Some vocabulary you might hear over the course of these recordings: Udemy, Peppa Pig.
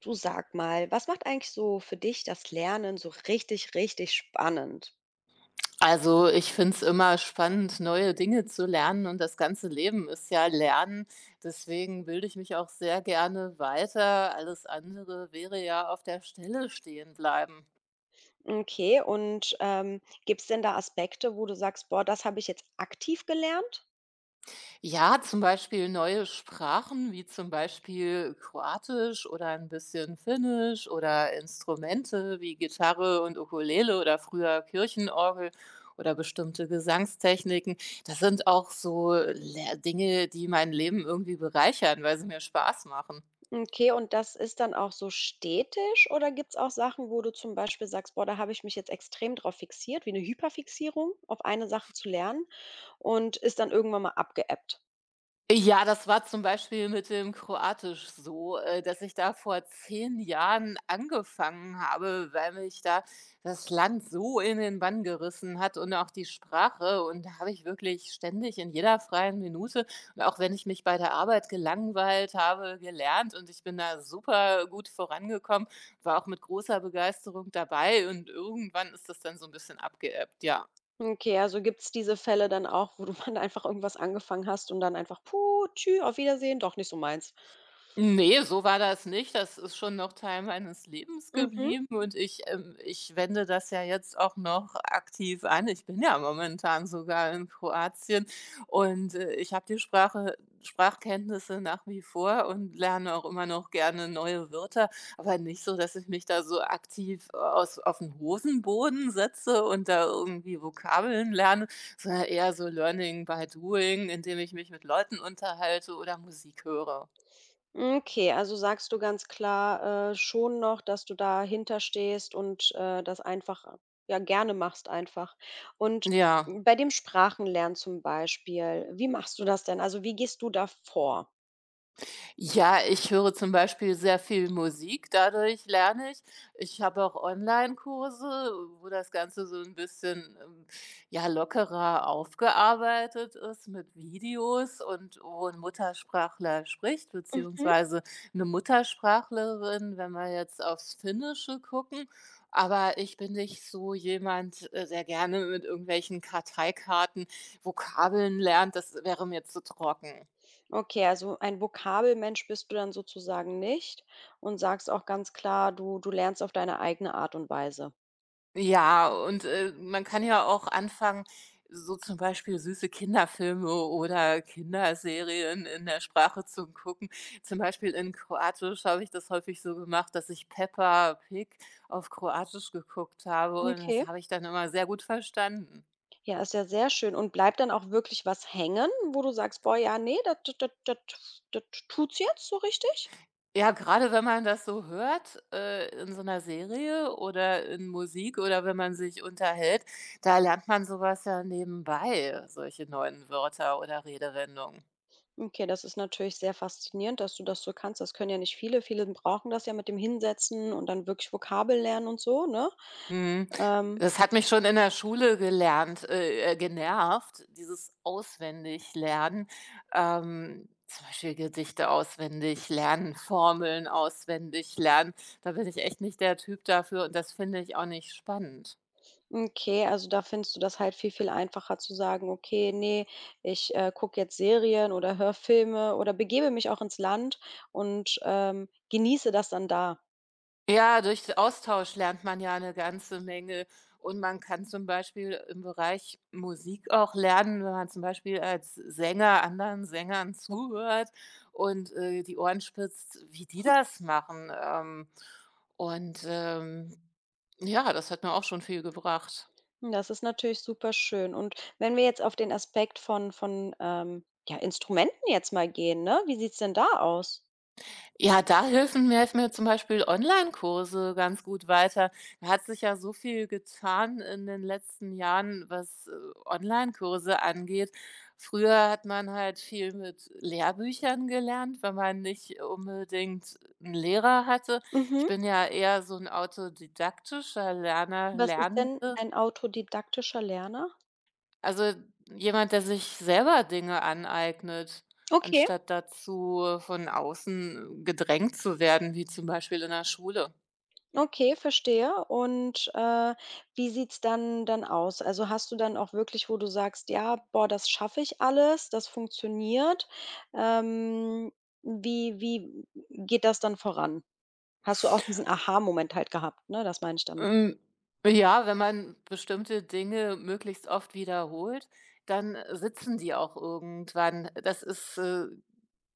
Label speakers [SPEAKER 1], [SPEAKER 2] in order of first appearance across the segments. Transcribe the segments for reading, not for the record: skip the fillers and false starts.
[SPEAKER 1] Du, sag mal, was macht eigentlich so für dich das Lernen so richtig spannend?
[SPEAKER 2] Also, ich finde es immer spannend, neue Dinge zu lernen und das ganze Leben ist ja Lernen. Deswegen bilde ich mich auch sehr gerne weiter. Alles andere wäre ja auf der Stelle stehen bleiben.
[SPEAKER 1] Okay, und gibt es denn da Aspekte, wo du sagst, boah, das habe ich jetzt aktiv gelernt?
[SPEAKER 2] Ja, zum Beispiel neue Sprachen wie zum Beispiel Kroatisch oder ein bisschen Finnisch oder Instrumente wie Gitarre und Ukulele oder früher Kirchenorgel oder bestimmte Gesangstechniken. Das sind auch so Dinge, die mein Leben irgendwie bereichern, weil sie mir Spaß machen.
[SPEAKER 1] Okay, und das ist dann auch so stetisch? Oder gibt es auch Sachen, wo du zum Beispiel sagst, boah, da habe ich mich jetzt extrem drauf fixiert, wie eine Hyperfixierung auf eine Sache zu lernen und ist dann irgendwann mal abgeebbt?
[SPEAKER 2] Ja, das war zum Beispiel mit dem Kroatisch so, dass ich da vor 10 Jahren angefangen habe, weil mich da das Land so in den Bann gerissen hat und auch die Sprache. Und da habe ich wirklich ständig in jeder freien Minute und auch wenn ich mich bei der Arbeit gelangweilt habe, gelernt und ich bin da super gut vorangekommen, war auch mit großer Begeisterung dabei und irgendwann ist das dann so ein bisschen abgeebbt, ja.
[SPEAKER 1] Okay, also gibt es diese Fälle dann auch, wo du dann einfach irgendwas angefangen hast und dann einfach, puh, tschü, auf Wiedersehen, doch nicht so meins.
[SPEAKER 2] Nee, so war das nicht. Das ist schon noch Teil meines Lebens
[SPEAKER 1] Mhm.
[SPEAKER 2] geblieben und ich wende das ja jetzt auch noch aktiv an. Ich bin ja momentan sogar in Kroatien und, ich habe die Sprache Sprachkenntnisse nach wie vor und lerne auch immer noch gerne neue Wörter, aber nicht so, dass ich mich da so aktiv aus auf den Hosenboden setze und da irgendwie Vokabeln lerne, sondern eher so Learning by Doing, indem ich mich mit Leuten unterhalte oder Musik höre.
[SPEAKER 1] Hm, okay, also sagst du ganz klar, schon noch, dass du dahinter stehst und das einfach ja, gerne machst einfach. Und
[SPEAKER 2] Ja.
[SPEAKER 1] bei dem Sprachenlernen zum Beispiel, wie machst du das denn? Also, wie gehst du da vor?
[SPEAKER 2] Ja, ich höre zum Beispiel sehr viel Musik, dadurch lerne ich. Ich habe auch Online-Kurse, wo das Ganze so 'n bisschen, ja, lockerer aufgearbeitet ist mit Videos und wo 'n Muttersprachler spricht,
[SPEAKER 1] Mhm.
[SPEAKER 2] beziehungsweise 'ne Muttersprachlerin, wenn wir jetzt aufs Finnische gucken. Aber ich bin nicht so jemand, der gerne mit irgendwelchen Karteikarten Vokabeln lernt. Das wäre mir zu trocken.
[SPEAKER 1] Okay, also ein Vokabelmensch bist du dann sozusagen nicht und sagst auch ganz klar, du lernst auf deine eigene Art und Weise.
[SPEAKER 2] Ja, und, man kann ja auch anfangen, so zum Beispiel süße Kinderfilme oder Kinderserien in der Sprache zu gucken. Zum Beispiel in Kroatisch habe ich das häufig so gemacht, dass ich Peppa Pig auf Kroatisch geguckt habe und
[SPEAKER 1] Okay.
[SPEAKER 2] das habe ich dann immer sehr gut verstanden.
[SPEAKER 1] Ja, ist ja sehr schön. Und bleibt dann auch wirklich was hängen, wo du sagst: „Boah, ja, nee, das das tut's jetzt so richtig?“
[SPEAKER 2] Ja, gerade wenn man das so hört, in so einer Serie oder in Musik oder wenn man sich unterhält, da lernt man sowas ja nebenbei, solche neuen Wörter oder Redewendungen.
[SPEAKER 1] Okay, das ist natürlich sehr faszinierend, dass du das so kannst. Das können ja nicht viele. Viele brauchen das ja mit dem Hinsetzen und dann wirklich Vokabel lernen und so, ne?
[SPEAKER 2] Mhm.
[SPEAKER 1] Ähm,
[SPEAKER 2] Das hat mich schon in der Schule gelernt genervt, dieses Auswendiglernen. Zum Beispiel Gedichte auswendig lernen, Formeln auswendig lernen. Da bin ich echt nicht der Typ dafür und das finde ich auch nicht spannend.
[SPEAKER 1] okay, also da findest du das halt viel einfacher zu sagen, okay, nee, ich gucke jetzt Serien oder höre Filme oder begebe mich auch ins Land und genieße das dann da.
[SPEAKER 2] Ja, durch Austausch lernt man ja eine ganze Menge und man kann zum Beispiel im Bereich Musik auch lernen, wenn man zum Beispiel als Sänger anderen Sängern zuhört und, die Ohren spitzt, wie die das machen. Und, ja, das hat mir auch schon viel gebracht.
[SPEAKER 1] Hm, das ist natürlich super schön. Und wenn wir jetzt auf den Aspekt von ja, Instrumenten jetzt mal gehen, ne? Wie sieht's denn da aus?
[SPEAKER 2] Ja, da helfen mir zum Beispiel Online-Kurse ganz gut weiter. Da hat sich ja so viel getan in den letzten Jahren, was, kurse angeht. Früher hat man halt viel mit Lehrbüchern gelernt, wenn man nicht unbedingt einen Lehrer hatte. Ich
[SPEAKER 1] Mhm.
[SPEAKER 2] bin ja eher so ein autodidaktischer
[SPEAKER 1] Was ist denn
[SPEAKER 2] Lernende.
[SPEAKER 1] ein autodidaktischer Lerner?
[SPEAKER 2] Also, jemand, der sich selber Dinge aneignet,
[SPEAKER 1] Okay.
[SPEAKER 2] anstatt dazu von außen gedrängt zu werden, wie zum Beispiel in der Schule.
[SPEAKER 1] Okay, verstehe. Und, wie sieht's dann aus? Also, hast du dann auch wirklich, wo du sagst: „Ja, boah, das schaffe ich alles, das funktioniert.“ Ähm, wie geht das dann voran? Hast du auch diesen Aha-Moment halt gehabt, ne? Das meine ich damit.
[SPEAKER 2] Hm, ja, wenn man bestimmte Dinge möglichst oft wiederholt, dann sitzen die auch irgendwann. Das ist,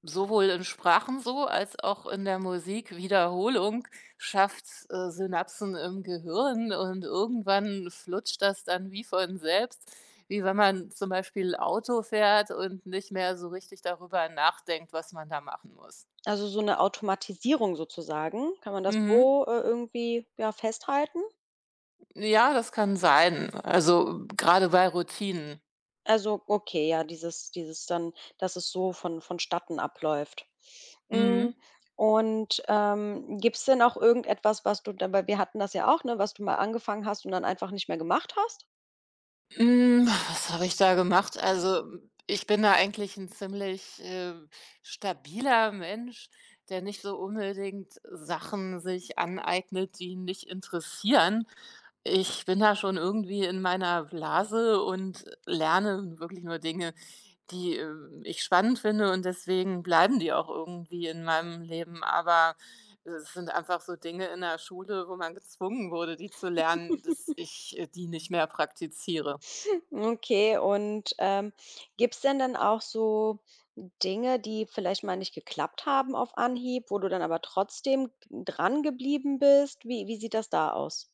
[SPEAKER 2] sowohl in Sprachen so als auch in der Musik. Wiederholung schafft, Synapsen im Gehirn und irgendwann flutscht das dann wie von selbst, wie wenn man zum Beispiel Auto fährt und nicht mehr so richtig darüber nachdenkt, was man da machen muss.
[SPEAKER 1] Also, so eine Automatisierung sozusagen. Kann man das
[SPEAKER 2] Mhm.
[SPEAKER 1] so, irgendwie, ja, festhalten?
[SPEAKER 2] Ja, das kann sein. Also, gerade bei Routinen.
[SPEAKER 1] Also, okay, ja, dieses dann, dass es so von vonstatten abläuft. Hm,
[SPEAKER 2] Mhm.
[SPEAKER 1] und, gibt's denn auch irgendetwas, was du dann, weil wir hatten das ja auch, ne, was du mal angefangen hast und dann einfach nicht mehr gemacht hast?
[SPEAKER 2] Hm, was habe ich da gemacht? Also, ich bin da eigentlich ein ziemlich, stabiler Mensch, der nicht so unbedingt Sachen sich aneignet, die ihn nicht interessieren. Ich bin da schon irgendwie in meiner Blase und lerne wirklich nur Dinge, die, ich spannend finde und deswegen bleiben die auch irgendwie in meinem Leben. Aber es sind einfach so Dinge in der Schule, wo man gezwungen wurde, die zu lernen, dass ich, die nicht mehr praktiziere.
[SPEAKER 1] Okay, und, gibt's denn dann auch so Dinge, die vielleicht mal nicht geklappt haben auf Anhieb, wo du dann aber trotzdem dran geblieben bist? Wie sieht das da aus?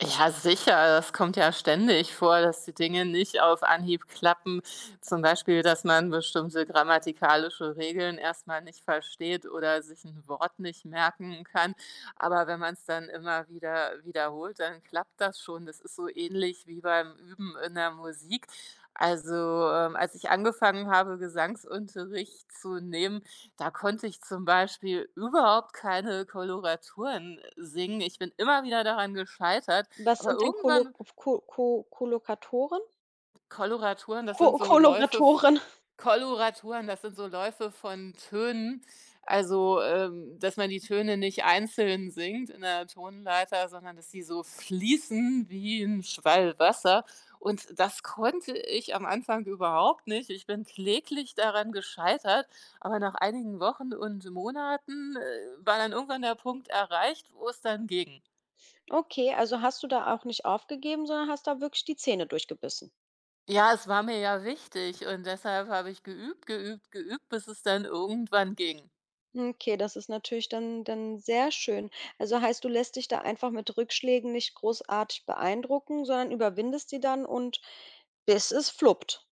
[SPEAKER 2] Ja, sicher, das kommt ja ständig vor, dass die Dinge nicht auf Anhieb klappen. Zum Beispiel, dass man bestimmte grammatikalische Regeln erstmal nicht versteht oder sich ein Wort nicht merken kann. Aber wenn man es dann immer wieder wiederholt, dann klappt das schon. Das ist so ähnlich wie beim Üben in der Musik. Also, als ich angefangen habe, Gesangsunterricht zu nehmen, da konnte ich zum Beispiel überhaupt keine Koloraturen singen. Ich bin immer wieder daran gescheitert,
[SPEAKER 1] Was
[SPEAKER 2] aber
[SPEAKER 1] sind denn
[SPEAKER 2] irgendwann
[SPEAKER 1] Kolokatoren?
[SPEAKER 2] Koloraturen, das
[SPEAKER 1] Ko
[SPEAKER 2] sind so Läufe f
[SPEAKER 1] Koloratoren?
[SPEAKER 2] Koloraturen, das sind so Läufe von Tönen. Also, dass man die Töne nicht einzeln singt in der Tonleiter, sondern dass sie so fließen wie ein Schwall Wasser. Und das konnte ich am Anfang überhaupt nicht. Ich bin kläglich daran gescheitert, aber nach einigen Wochen und Monaten, war dann irgendwann der Punkt erreicht, wo es dann ging.
[SPEAKER 1] Okay, also hast du da auch nicht aufgegeben, sondern hast da wirklich die Zähne durchgebissen.
[SPEAKER 2] Ja, es war mir ja wichtig und deshalb habe ich geübt, geübt, geübt, bis es dann irgendwann ging.
[SPEAKER 1] Okay, das ist natürlich dann sehr schön. Also heißt, du lässt dich da einfach mit Rückschlägen nicht großartig beeindrucken, sondern überwindest die dann und bis es fluppt.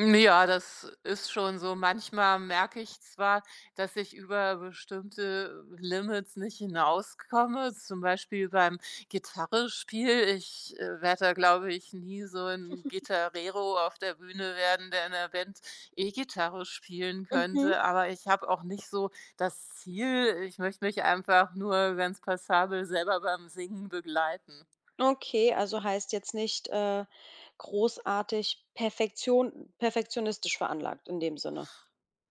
[SPEAKER 2] Ja, das ist schon so. Manchmal merke ich zwar, dass ich über bestimmte Limits nicht hinauskomme, zum Beispiel beim Gitarrespiel. Ich werde da, glaube ich, nie so ein Gitarrero auf der Bühne werden, der in 'ner Band E-Gitarre spielen
[SPEAKER 1] Mhm.
[SPEAKER 2] könnte. Aber ich habe auch nicht so das Ziel, ich möchte mich einfach nur ganz passabel selber beim Singen begleiten.
[SPEAKER 1] Okay, also heißt jetzt nicht großartig Perfektion, perfektionistisch veranlagt in dem Sinne.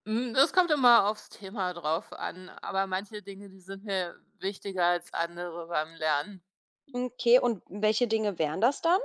[SPEAKER 2] Hm, das kommt immer aufs Thema drauf an, aber manche Dinge, die sind mir wichtiger als andere beim Lernen.
[SPEAKER 1] Okay, und welche Dinge wären das dann?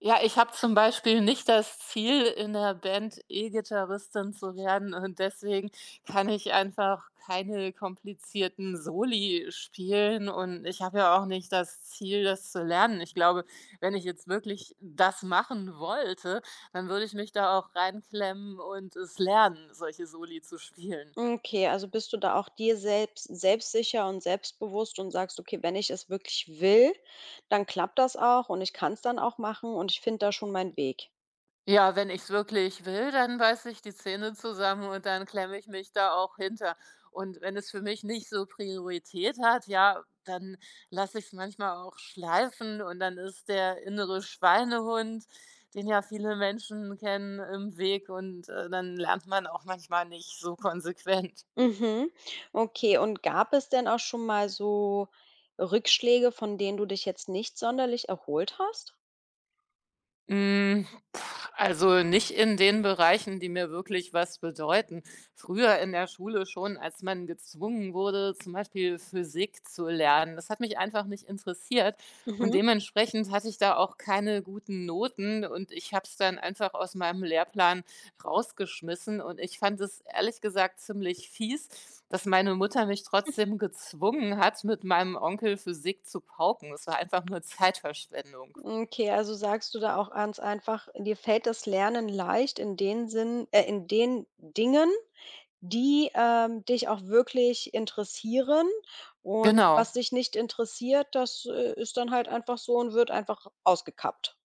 [SPEAKER 2] Ja, ich habe zum Beispiel nicht das Ziel, in der Band E-Gitarristin zu werden und deswegen kann ich einfach keine komplizierten Soli spielen und ich habe ja auch nicht das Ziel, das zu lernen. Ich glaube, wenn ich jetzt wirklich das machen wollte, dann würde ich mich da auch reinklemmen und es lernen, solche Soli zu spielen.
[SPEAKER 1] Okay, also bist du da auch dir selbst selbstsicher und selbstbewusst und sagst: „Okay, wenn ich es wirklich will, dann klappt das auch und ich kann es dann auch machen und ich finde da schon meinen Weg.“
[SPEAKER 2] Ja, wenn ich's wirklich will, dann beiße ich die Zähne zusammen und dann klemme ich mich da auch hinter. Und wenn es für mich nicht so Priorität hat, ja, dann lasse ich's manchmal auch schleifen und dann ist der innere Schweinehund, den ja viele Menschen kennen, im Weg und, dann lernt man auch manchmal nicht so konsequent.
[SPEAKER 1] Mhm. Okay, und gab es denn auch schon mal so Rückschläge, von denen du dich jetzt nicht sonderlich erholt hast?
[SPEAKER 2] Hm. Also nicht in den Bereichen, die mir wirklich was bedeuten. Früher in der Schule schon, als man gezwungen wurde, zum Beispiel Physik zu lernen. Das hat mich einfach nicht interessiert und
[SPEAKER 1] Mhm.
[SPEAKER 2] dementsprechend hatte ich da auch keine guten Noten und ich habe es dann einfach aus meinem Lehrplan rausgeschmissen und ich fand es ehrlich gesagt ziemlich fies, dass meine Mutter mich trotzdem gezwungen hat, mit meinem Onkel Physik zu pauken. Das war einfach nur Zeitverschwendung.
[SPEAKER 1] Okay, also sagst du da auch ganz einfach, dir fällt das Lernen leicht in den Sinn, in den Dingen, die, dich auch wirklich interessieren, und
[SPEAKER 2] Genau.
[SPEAKER 1] was dich nicht interessiert, das, ist dann halt einfach so und wird einfach ausgekappt.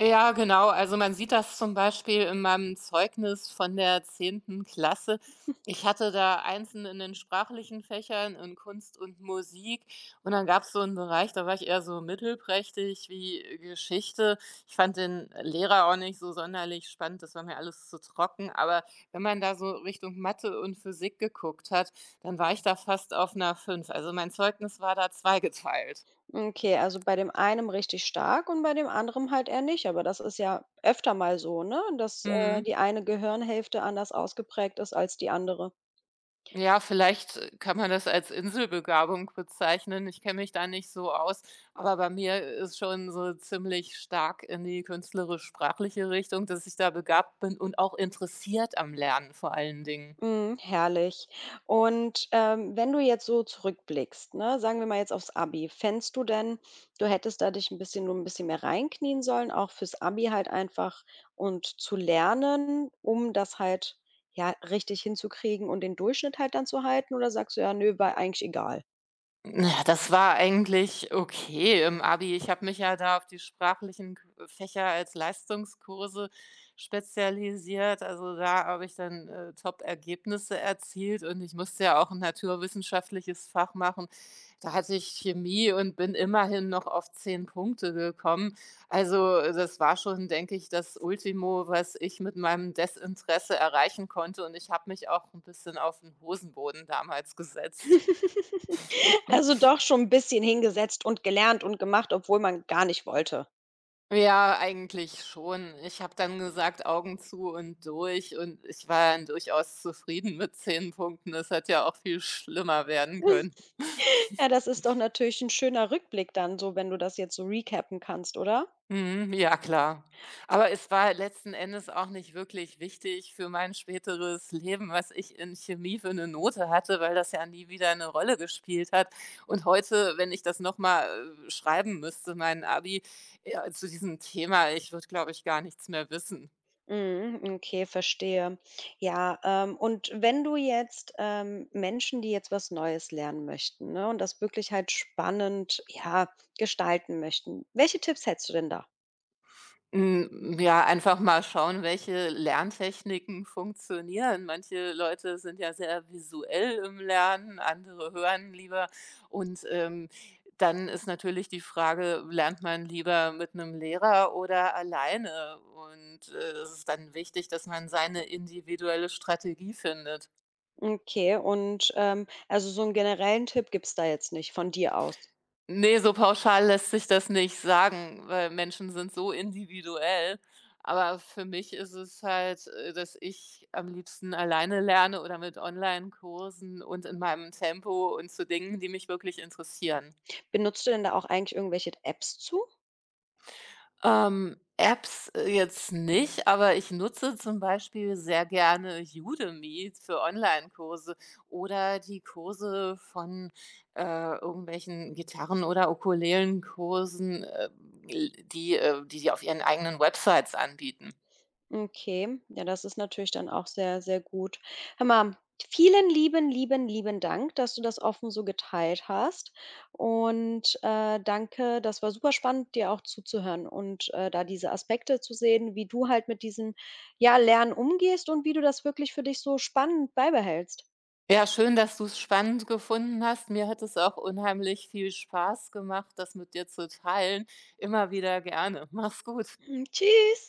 [SPEAKER 2] Ja, genau. Also, man sieht das zum Beispiel in meinem Zeugnis von der 10. Klasse. Ich hatte da Einzeln in den sprachlichen Fächern, in Kunst und Musik. Und dann gab's so einen Bereich, da war ich eher so mittelprächtig wie Geschichte. Ich fand den Lehrer auch nicht so sonderlich spannend, das war mir alles zu trocken. Aber wenn man da so Richtung Mathe und Physik geguckt hat, dann war ich da fast auf einer 5. Also, mein Zeugnis war da zweigeteilt.
[SPEAKER 1] Okay, also bei dem einen richtig stark und bei dem anderen halt eher nicht, aber das ist ja öfter mal so, ne, dass,
[SPEAKER 2] Mhm.
[SPEAKER 1] die eine Gehirnhälfte anders ausgeprägt ist als die andere.
[SPEAKER 2] Ja, vielleicht, kann man das als Inselbegabung bezeichnen. Ich kenne mich da nicht so aus, aber bei mir ist schon so ziemlich stark in die künstlerisch-sprachliche Richtung, dass ich da begabt bin und auch interessiert am Lernen vor allen Dingen.
[SPEAKER 1] Mhm, herrlich. Und, wenn du jetzt so zurückblickst, ne, sagen wir mal jetzt aufs Abi, fändest du denn, du hättest da dich ein bisschen, nur ein bisschen mehr reinknien sollen, auch fürs Abi halt einfach und zu lernen, um das halt, ja, richtig hinzukriegen und den Durchschnitt halt dann zu halten? Oder sagst du: „Ja, ne, war eigentlich egal?“
[SPEAKER 2] Na ja, das war eigentlich okay im Abi. Ich habe mich ja da auf die sprachlichen K Fächer als Leistungskurse spezialisiert. Also, da habe ich dann, Top-Ergebnisse erzielt und ich musste ja auch ein naturwissenschaftliches Fach machen. Da hatte ich Chemie und bin immerhin noch auf 10 Punkte gekommen. Also, das war schon, denke ich, das Ultimo, was ich mit meinem Desinteresse erreichen konnte und ich habe mich auch ein bisschen auf den Hosenboden damals gesetzt.
[SPEAKER 1] Also, doch schon ein bisschen hingesetzt und gelernt und gemacht, obwohl man gar nicht wollte.
[SPEAKER 2] Ja, eigentlich schon. Ich habe dann gesagt: „Augen zu und durch" und ich war dann durchaus zufrieden mit 10 Punkten. Es hätte ja auch viel schlimmer werden können.
[SPEAKER 1] Ja, das ist doch natürlich ein schöner Rückblick dann so, wenn du das jetzt so recappen kannst, oder?
[SPEAKER 2] Mhm, ja klar. Aber es war letzten Endes auch nicht wirklich wichtig für mein späteres Leben, was ich in Chemie für eine Note hatte, weil das ja nie wieder eine Rolle gespielt hat. Und heute, wenn ich das noch mal, schreiben müsste, mein Abi, ja, zu diesem Thema, ich würde, glaube ich, gar nichts mehr wissen.
[SPEAKER 1] Mhm, okay, verstehe. Ja, und wenn du jetzt Menschen, die jetzt was Neues lernen möchten, ne, und das wirklich halt spannend, ja, gestalten möchten, welche Tipps hättest du denn da?
[SPEAKER 2] Ja, einfach mal schauen, welche Lerntechniken funktionieren. Manche Leute sind ja sehr visuell im Lernen, andere hören lieber. Und, dann ist natürlich die Frage, lernt man lieber mit einem Lehrer oder alleine? Und, es ist dann wichtig, dass man seine individuelle Strategie findet.
[SPEAKER 1] Okay, und also so einen generellen Tipp gibt's da jetzt nicht von dir aus.
[SPEAKER 2] Nee, so pauschal lässt sich das nicht sagen, weil Menschen sind so individuell. Aber für mich ist es halt, dass ich am liebsten alleine lerne oder mit Online-Kursen und in meinem Tempo und zu Dingen, die mich wirklich interessieren.
[SPEAKER 1] Benutzt du denn da auch eigentlich irgendwelche Apps zu?
[SPEAKER 2] Apps, jetzt nicht, aber ich nutze zum Beispiel sehr gerne Udemy für Online-Kurse oder die Kurse von, äh, irgendwelchen Gitarren oder Ukulelenkursen, die auf ihren eigenen Websites anbieten.
[SPEAKER 1] Okay, ja, das ist natürlich dann auch sehr gut. Hör mal, vielen lieben Dank, dass du das offen so geteilt hast. Und danke, das war super spannend, dir auch zuzuhören und da diese Aspekte zu sehen, wie du halt mit diesem, ja, Lernen umgehst und wie du das wirklich für dich so spannend beibehältst.
[SPEAKER 2] Ja, schön, dass du es spannend gefunden hast. Mir hat es auch unheimlich viel Spaß gemacht, das mit dir zu teilen. Immer wieder gerne. Mach's gut.
[SPEAKER 1] Mm, tschüss.